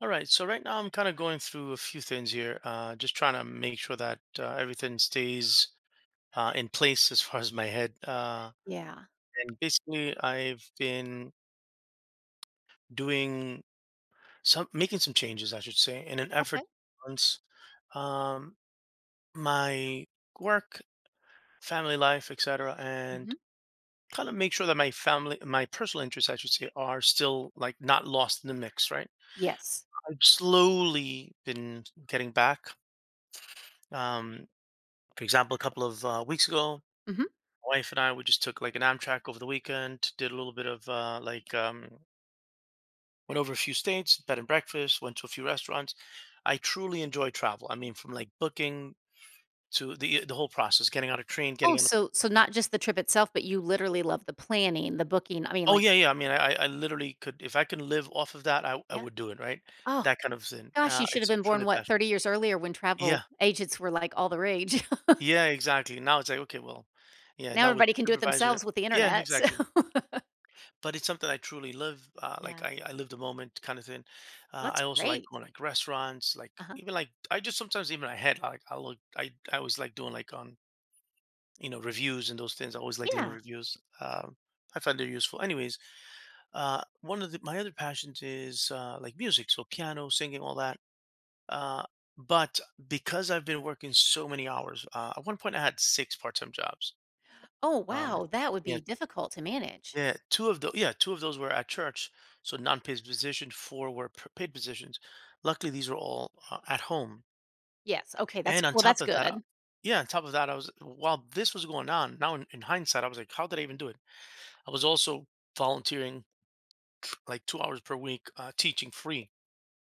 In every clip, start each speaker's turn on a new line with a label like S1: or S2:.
S1: All right. So right now I'm kind of going through a few things here, just trying to make sure that everything stays in place as far as my head.
S2: Yeah.
S1: And basically, I've been doing making some changes, I should say, in an effort
S2: Okay.
S1: to balance um, my work, family life, etc.,
S2: Mhm.
S1: and kind of make sure that my personal interests, I should say, are still like not lost in the mix, right?
S2: Yes.
S1: I've slowly been getting back. Um, For example, a couple of weeks ago,
S2: Mhm.
S1: my wife and I we just took like an Amtrak over the weekend, did a little bit of went over a few states, bed and breakfast, went to a few restaurants. I truly enjoy travel. I mean, from like booking to the whole process, getting on a train,
S2: Oh,
S1: getting on. A,
S2: so not just the trip itself, but you literally love the planning, the booking. I mean,
S1: oh
S2: like,
S1: yeah, yeah. I mean, I literally could if I can live off of that, I
S2: yeah.
S1: would do it. Right,
S2: Oh
S1: that kind of thing.
S2: gosh, you should have
S1: It's a
S2: been
S1: truly
S2: born,
S1: a
S2: what,
S1: passion.
S2: 30 years earlier when travel
S1: Yeah,
S2: agents were like all the rage.
S1: yeah, exactly. Now it's like okay, well, yeah.
S2: Now
S1: Now with
S2: everybody can do it
S1: TripAdvisor,
S2: themselves with the
S1: yeah,
S2: internet. So
S1: exactly. But it's something I truly live.
S2: yeah,
S1: I live the moment kind of thing.
S2: well, that's
S1: I also like
S2: great.
S1: going like restaurants, like
S2: Uh-huh.
S1: even like I just sometimes even I had like I look I always like doing like on you know reviews and those things. I always like leaving
S2: Yeah.
S1: reviews. Um, I find they're useful. Anyways, one of my other passions is like music, so piano, singing, all that. Uh, but because I've been working so many hours, at one point I had six part-time jobs.
S2: Oh,
S1: Um,
S2: wow. That would
S1: yeah,
S2: be difficult to manage.
S1: Yeah, two of those. Yeah, two of those were at church, so non-paid positions. Four were paid positions. Luckily, these were all at home.
S2: Yes. Okay. That's
S1: And on
S2: well,
S1: top
S2: that's
S1: of that,
S2: good.
S1: yeah, on top of that, I was while this was going on. Now, in hindsight, I was like, how did I even do it? I was also volunteering like 2 hours per week, teaching free,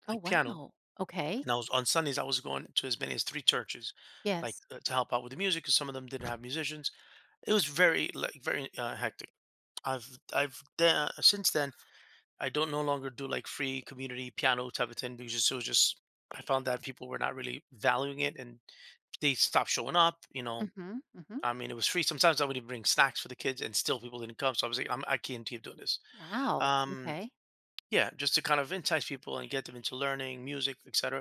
S2: Oh,
S1: like piano.
S2: wow. Okay.
S1: And I was on Sundays, I was going to as many as three churches, like
S2: Yes.
S1: to help out with the music, because some of them didn't have musicians. It was very like very hectic. I've since then I don't no longer do like free community piano type of thing because it was just I found that people were not really valuing it and they stopped showing up. You know,
S2: Mhm. Mhm.
S1: I mean, it was free. Sometimes I would even bring snacks for the kids, and still people didn't come. So I was like, I can't keep doing this.
S2: Wow.
S1: Um,
S2: Okay.
S1: yeah, just to kind of entice people and get them into learning music, etc.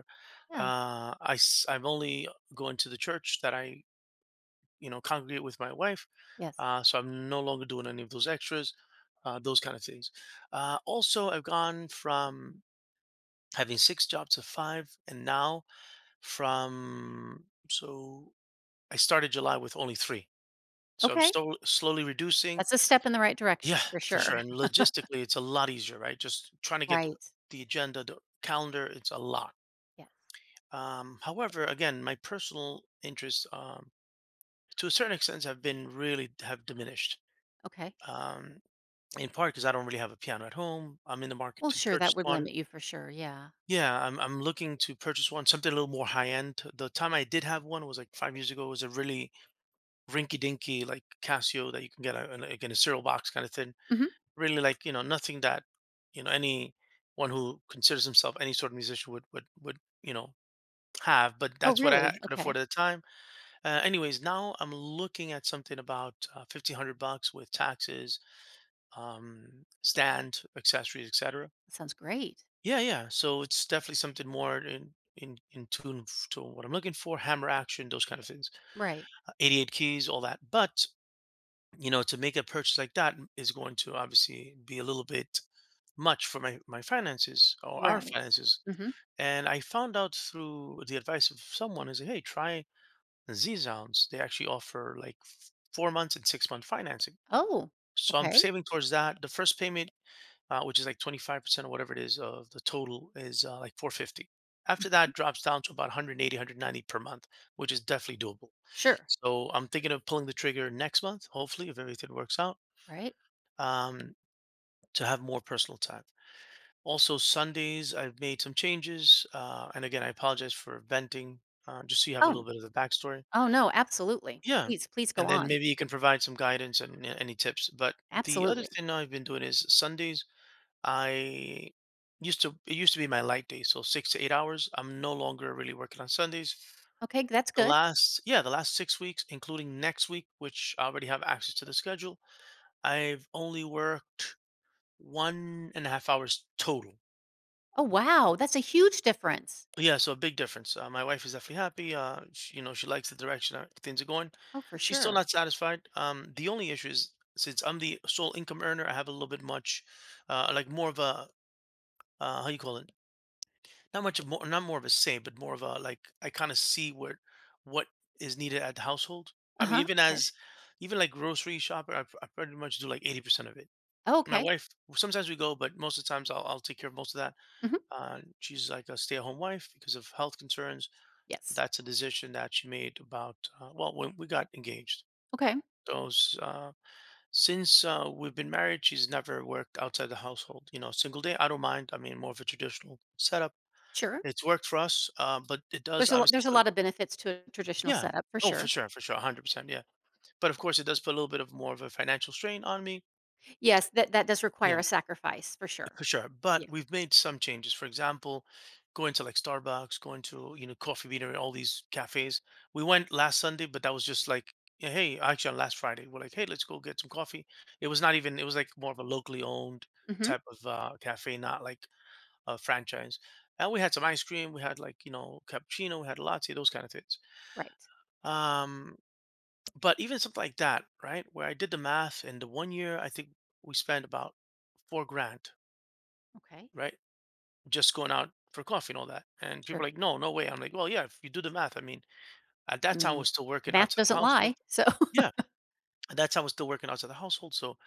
S2: Yeah.
S1: I'm only going to the church that I you know congregate with my wife.
S2: Yes.
S1: So I'm no longer doing any of those extras, those kind of things. Also, I've gone from having six jobs of five and now from so I started july with only three, so I'm
S2: Okay.
S1: still slowly reducing.
S2: That's a step in the right direction
S1: Yeah,
S2: for
S1: for
S2: sure.
S1: sure, and logistically it's a lot easier, right? Just trying to get
S2: Right.
S1: the agenda, the calendar, it's a lot.
S2: Yes.
S1: However, again, my personal interests to a certain extent have been really have diminished.
S2: Okay.
S1: um, in part because I don't really have a piano at home, I'm in the market
S2: Well,
S1: to
S2: sure, that
S1: purchase
S2: would
S1: one.
S2: limit you for sure, yeah.
S1: Yeah, I'm looking to purchase one, something a little more high end. The time I did have one was like 5 years ago. It was a really rinky dinky like Casio that you can get like in a cereal box kind of thing.
S2: Mhm.
S1: Really like you know nothing that you know any one who considers himself any sort of musician would you know have. But
S2: Oh,
S1: that's what I
S2: really?
S1: could
S2: Okay.
S1: afford at the time. Anyways, now I'm looking at something about $1,500 with taxes, stand, accessories, etc.
S2: That sounds great.
S1: Yeah, yeah. So it's definitely something more in tune to what I'm looking for, hammer action, those kind of things.
S2: Right.
S1: 88 keys, all that. But, you know, to make a purchase like that is going to obviously be a little bit much for my finances or our
S2: Right.
S1: finances.
S2: Mhm.
S1: And I found out through the advice of someone is, hey, try Z Zounds. They actually offer like 4 months and 6 month financing.
S2: Oh,
S1: So I'm
S2: okay.
S1: saving towards that. The first payment which is like 25% or whatever it is of the total is like 450. After that,
S2: Mhm.
S1: it drops down to about 180, 190 per month, which is definitely doable.
S2: Sure.
S1: So I'm thinking of pulling the trigger next month, hopefully, if everything works out,
S2: Right?
S1: um, to have more personal time. Also, Sundays, I've made some changes. And again, I apologize for venting, just so you have a
S2: Oh,
S1: little bit of the backstory.
S2: oh, no, absolutely.
S1: Yeah.
S2: Please, please go
S1: And then
S2: on.
S1: maybe you can provide some guidance and any tips. But the other
S2: Absolutely.
S1: thing I've been doing is Sundays, I used to it used to be my light day, so 6 to 8 hours. I'm no longer really working on Sundays.
S2: Okay, that's good.
S1: The last 6 weeks including next week, which I already have access to the schedule, I've only worked 1.5 hours total.
S2: Oh, wow, that's a huge difference.
S1: Yeah, so a big difference. My wife is definitely happy. She, you know, she likes the direction that things are going.
S2: Oh, for
S1: She's still
S2: sure.
S1: not satisfied. The only issue is since I'm the sole income earner, I have a little bit much, like more of a how you call it? Not more of a say, but more of a, like, I kinda see what is needed at the household. I mean,
S2: Uh-huh, okay.
S1: even, like, grocery shopping, I pretty much do, like, 80% of it.
S2: Oh,
S1: My
S2: okay.
S1: wife sometimes we go, but most of the times I'll take care of most of that.
S2: Mhm.
S1: She's, like, a stay-at-home wife because of health concerns.
S2: Yes.
S1: That's a decision that she made about, well, when we got engaged.
S2: Okay,
S1: So, s Since, we've been married, she's never worked outside the household, you know, a single day, I don't mind. I mean, more of a traditional setup.
S2: sure.
S1: It's worked for us, but it does
S2: There's a lot
S1: obviously
S2: there's a
S1: put.
S2: lot of benefits to a traditional
S1: Yeah.
S2: setup for
S1: Oh,
S2: sure.
S1: for sure, 100%, yeah. But, of course, it does put a little bit of more of a financial strain on me.
S2: Yes, that that does require
S1: Yeah,
S2: a sacrifice for sure.
S1: for sure, but
S2: Yeah.
S1: we've made some changes. For example, going to, like, Starbucks, going to, you know, Coffee Beatery, all these cafes. We went last Sunday, but that was just like, yeah, "Hey," actually, on last Friday, we're like, "Hey, let's go get some coffee." It was not even it was, like, more of a locally owned
S2: Mhm.
S1: type of, cafe, not like a franchise. And we had some ice cream, we had, like, you know, cappuccino, we had latte, those kind of things.
S2: Right.
S1: Um, but even something like that, right? Where I did the math, and the one year I think we spent about 4 grand,
S2: Okay.
S1: right? Just going out for coffee and all that. And people are
S2: Sure.
S1: like, no, no way. I'm like, well, yeah, if you do the math, I mean, at
S2: I
S1: that time I
S2: mean,
S1: was still
S2: the
S1: working
S2: math
S1: outside the
S2: doesn't
S1: household.
S2: lie. So,
S1: Yeah. At that time I was still working outside the household. So,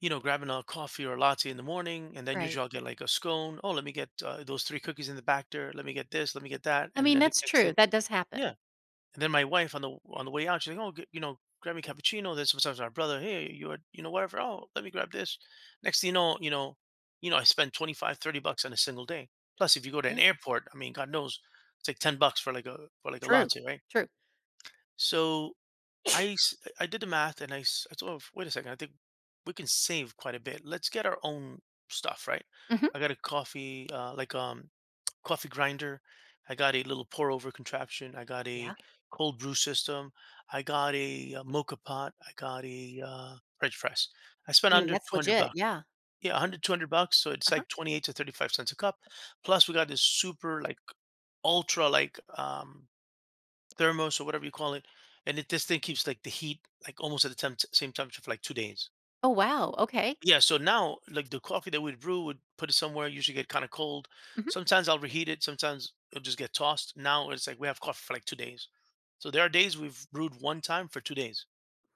S1: you know, grabbing a coffee or a latte in the morning, and then
S2: right,
S1: usually I'll get like a scone. Oh, let me get those three cookies in the back there. Let me get this. Let me get that.
S2: I
S1: And
S2: mean,
S1: then the
S2: that's
S1: next
S2: true.
S1: thing,
S2: That does
S1: yeah.
S2: happen.
S1: And then my wife on the way out, she's like, "Oh, you know, grab me cappuccino." Then sometimes our brother, "Hey, you are, you know, whatever. Oh, let me grab this." Next thing you know, I spend $25-30 on a single day. Plus, if you go to an
S2: Yeah.
S1: airport, I mean, God knows, it's like $10 for like a
S2: True.
S1: latte, right?
S2: True.
S1: So I did the math and I thought, wait a second, I think we can save quite a bit. Let's get our own stuff, right?
S2: Mhm.
S1: I got a coffee, coffee grinder. I got a little pour over contraption. I got a
S2: Yeah.
S1: cold brew system. I got a, mocha pot. I got a French press. I spent
S2: I mean,
S1: under
S2: that's
S1: 200
S2: legit.
S1: bucks.
S2: Yeah.
S1: Yeah, 100 200 bucks. So it's
S2: Uh-huh.
S1: like 28 to 35 cents a cup. Plus, we got this super, like, ultra, like, thermos or whatever you call it. And this thing keeps, like, the heat, like, almost at the same temperature for like 2 days.
S2: Oh, wow. Okay.
S1: Yeah, so now, like the coffee that we'd brew would put it somewhere, usually get kind of cold.
S2: Mhm.
S1: Sometimes I'll reheat it, sometimes it'll just get tossed. Now it's like we have coffee for like 2 days. So there are days we've brewed one time for 2 days.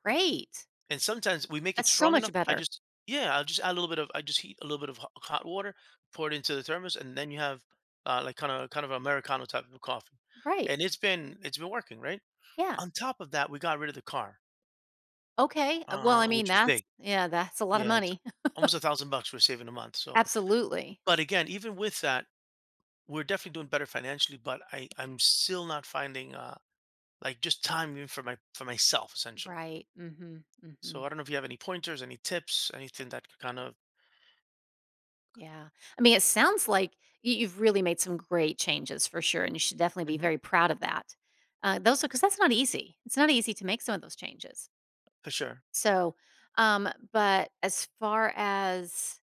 S2: Great.
S1: And sometimes we make it
S2: That's so
S1: strong
S2: much
S1: enough.
S2: better.
S1: I'll just add a little bit of, I just heat a little bit of hot water, pour it into the thermos, and then you have like kind of Americano type of coffee.
S2: Right.
S1: And it's been working, right?
S2: Yeah.
S1: On top of that, we got rid of the car,
S2: Okay. Well, I mean,
S1: which was
S2: that's
S1: big.
S2: yeah, that's a lot of
S1: Yeah, it's
S2: money.
S1: almost $1,000 we're saving a month. So
S2: Absolutely.
S1: but again, even with that, we're definitely doing better financially, but I'm still not finding like just time even for my for myself essentially.
S2: Right. Mhm.
S1: So
S2: Mhm.
S1: I don't know if you have any pointers, any tips, anything that could kind of.
S2: Yeah, I mean, it sounds like you've really made some great changes for sure, and you should definitely be
S1: Mhm.
S2: very proud of that. Those are because that's not easy. It's not easy to make some of those changes.
S1: For sure.
S2: So, um, but as far as,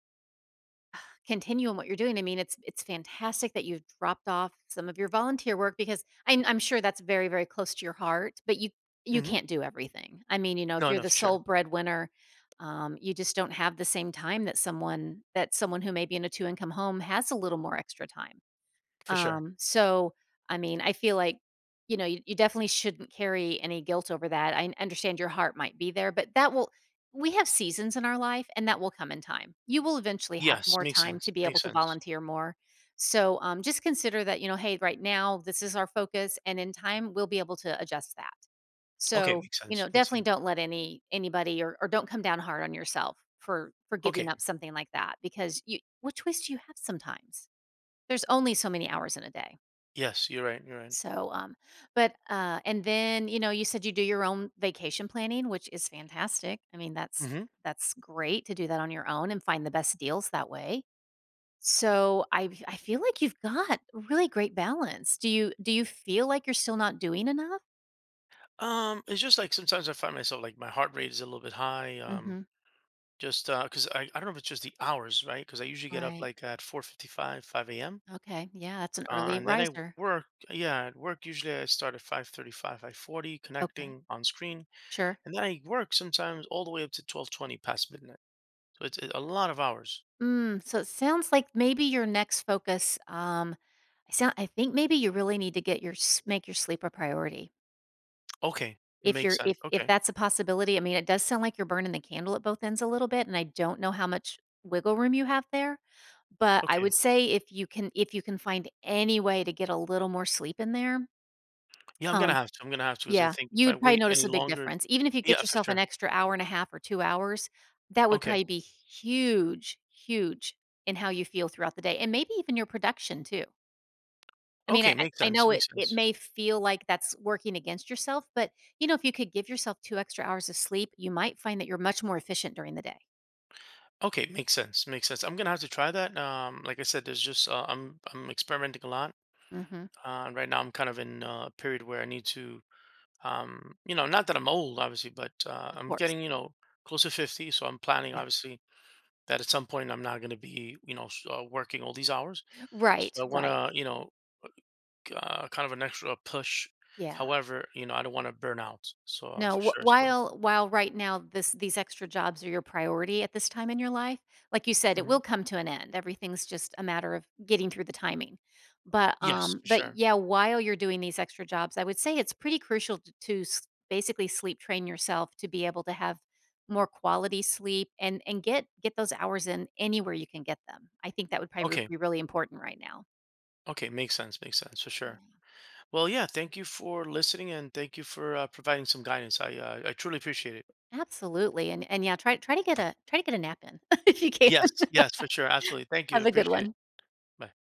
S2: continue in what you're doing. I mean, it's fantastic that you've dropped off some of your volunteer work because I'm sure that's very, very close to your heart, but you
S1: Hmm.
S2: can't do everything. I mean, you know, if
S1: No,
S2: you're
S1: no,
S2: the
S1: for
S2: sole
S1: sure.
S2: breadwinner, you just don't have the same time that someone who may be in a two income home has a little more extra time.
S1: For sure.
S2: So, I mean, I feel like, you know, you definitely shouldn't carry any guilt over that. I understand your heart might be there, but that will, we have seasons in our life and that will come in time. You will eventually have
S1: Yes,
S2: more
S1: makes
S2: time
S1: sense.
S2: to be able
S1: Makes
S2: to
S1: sense.
S2: volunteer more. So just consider that, you know, hey, right now, this is our focus and in time, we'll be able to adjust that.
S1: Okay,
S2: So,
S1: makes
S2: you
S1: sense.
S2: know,
S1: Makes
S2: definitely
S1: sense.
S2: don't let any, anybody or don't come down hard on yourself for giving
S1: Okay.
S2: up something like that because you, what choice do you have sometimes? There's only so many hours in a day.
S1: Yes, you're right. You're right.
S2: So, but, and then, you know, you said you do your own vacation planning, which is fantastic. I mean,
S1: Hmm.
S2: that's great to do that on your own and find the best deals that way. So I feel like you've got really great balance. Do you feel like you're still not doing enough?
S1: It's just like sometimes I find myself like my heart rate is a little bit high.
S2: Mm-hmm.
S1: Just because I don't know if it's just the hours, right? Because I usually get up
S2: Right.
S1: like at 4:55, 5 a.m.
S2: Okay. Yeah. That's an early
S1: And then I
S2: riser.
S1: work, yeah, at work usually I start at 5:35, 5:40
S2: Okay.
S1: connecting on screen,
S2: Sure.
S1: and then I work sometimes all the way up to 12:20 past midnight. So it's a lot of hours.
S2: Mm, so it sounds like maybe your next focus, I think maybe you really need to get your s make your sleep a priority.
S1: Okay,
S2: If
S1: makes
S2: you're
S1: sense.
S2: if
S1: Okay.
S2: that's a possibility, I mean, it does sound like you're burning the candle at both ends a little bit, and I don't know how much wiggle room you have there, but I
S1: Okay.
S2: would say if you can find any way to get a little more sleep in there,
S1: Yeah, I'm gonna
S2: um,
S1: have to. I'm gonna have to, as I
S2: yeah,
S1: think if I
S2: you'd probably
S1: wait
S2: notice
S1: any
S2: a big
S1: longer,
S2: difference. Even if you get
S1: yeah, for
S2: yourself an
S1: sure.
S2: extra hour and a half or 2 hours, that would
S1: Okay.
S2: probably be huge, huge in how you feel throughout the day and maybe even your production too. I mean, I
S1: Okay,
S2: I
S1: makes
S2: I
S1: sense.
S2: know it
S1: Makes
S2: it
S1: sense.
S2: may feel like that's working against yourself, but, you know, if you could give yourself 2 extra hours of sleep, you might find that you're much more efficient during the day.
S1: Okay, makes sense. Makes sense. I'm gonna have to try that. Like I said, there's just I'm experimenting a lot.
S2: Mhm.
S1: And right now I'm kind of in a period where I need to you know, not that I'm old obviously, but
S2: Of
S1: I'm
S2: course.
S1: getting you know close to 50, so I'm planning
S2: Yeah.
S1: obviously that at some point I'm not going to be you know working all these hours, so
S2: Right,
S1: I want
S2: right.
S1: to you know kind of an extra push.
S2: Yeah.
S1: However, you know, I don't want to burn out, so for
S2: No, wh
S1: sure. So
S2: while right now this these extra jobs are your priority at this time in your life, like you said, it
S1: mhm.
S2: will come to an end. Everything's just a matter of getting through the timing.
S1: Yes, for
S2: But
S1: sure.
S2: yeah, while you're doing these extra jobs, I would say it's pretty crucial t to s basically sleep train yourself to be able to have more quality sleep and get those hours in anywhere you can get them. I think that would probably
S1: Okay,
S2: be really important right now.
S1: okay, makes sense, makes sense, for sure.
S2: Yeah,
S1: Well, yeah, thank you for listening and thank you for providing some guidance. I truly appreciate it.
S2: absolutely, and yeah, try to get a try to get a nap in if you can.
S1: Yes, yes, for sure, absolutely, thank you,
S2: Have a good
S1: appreciate it.
S2: one.
S1: Bye.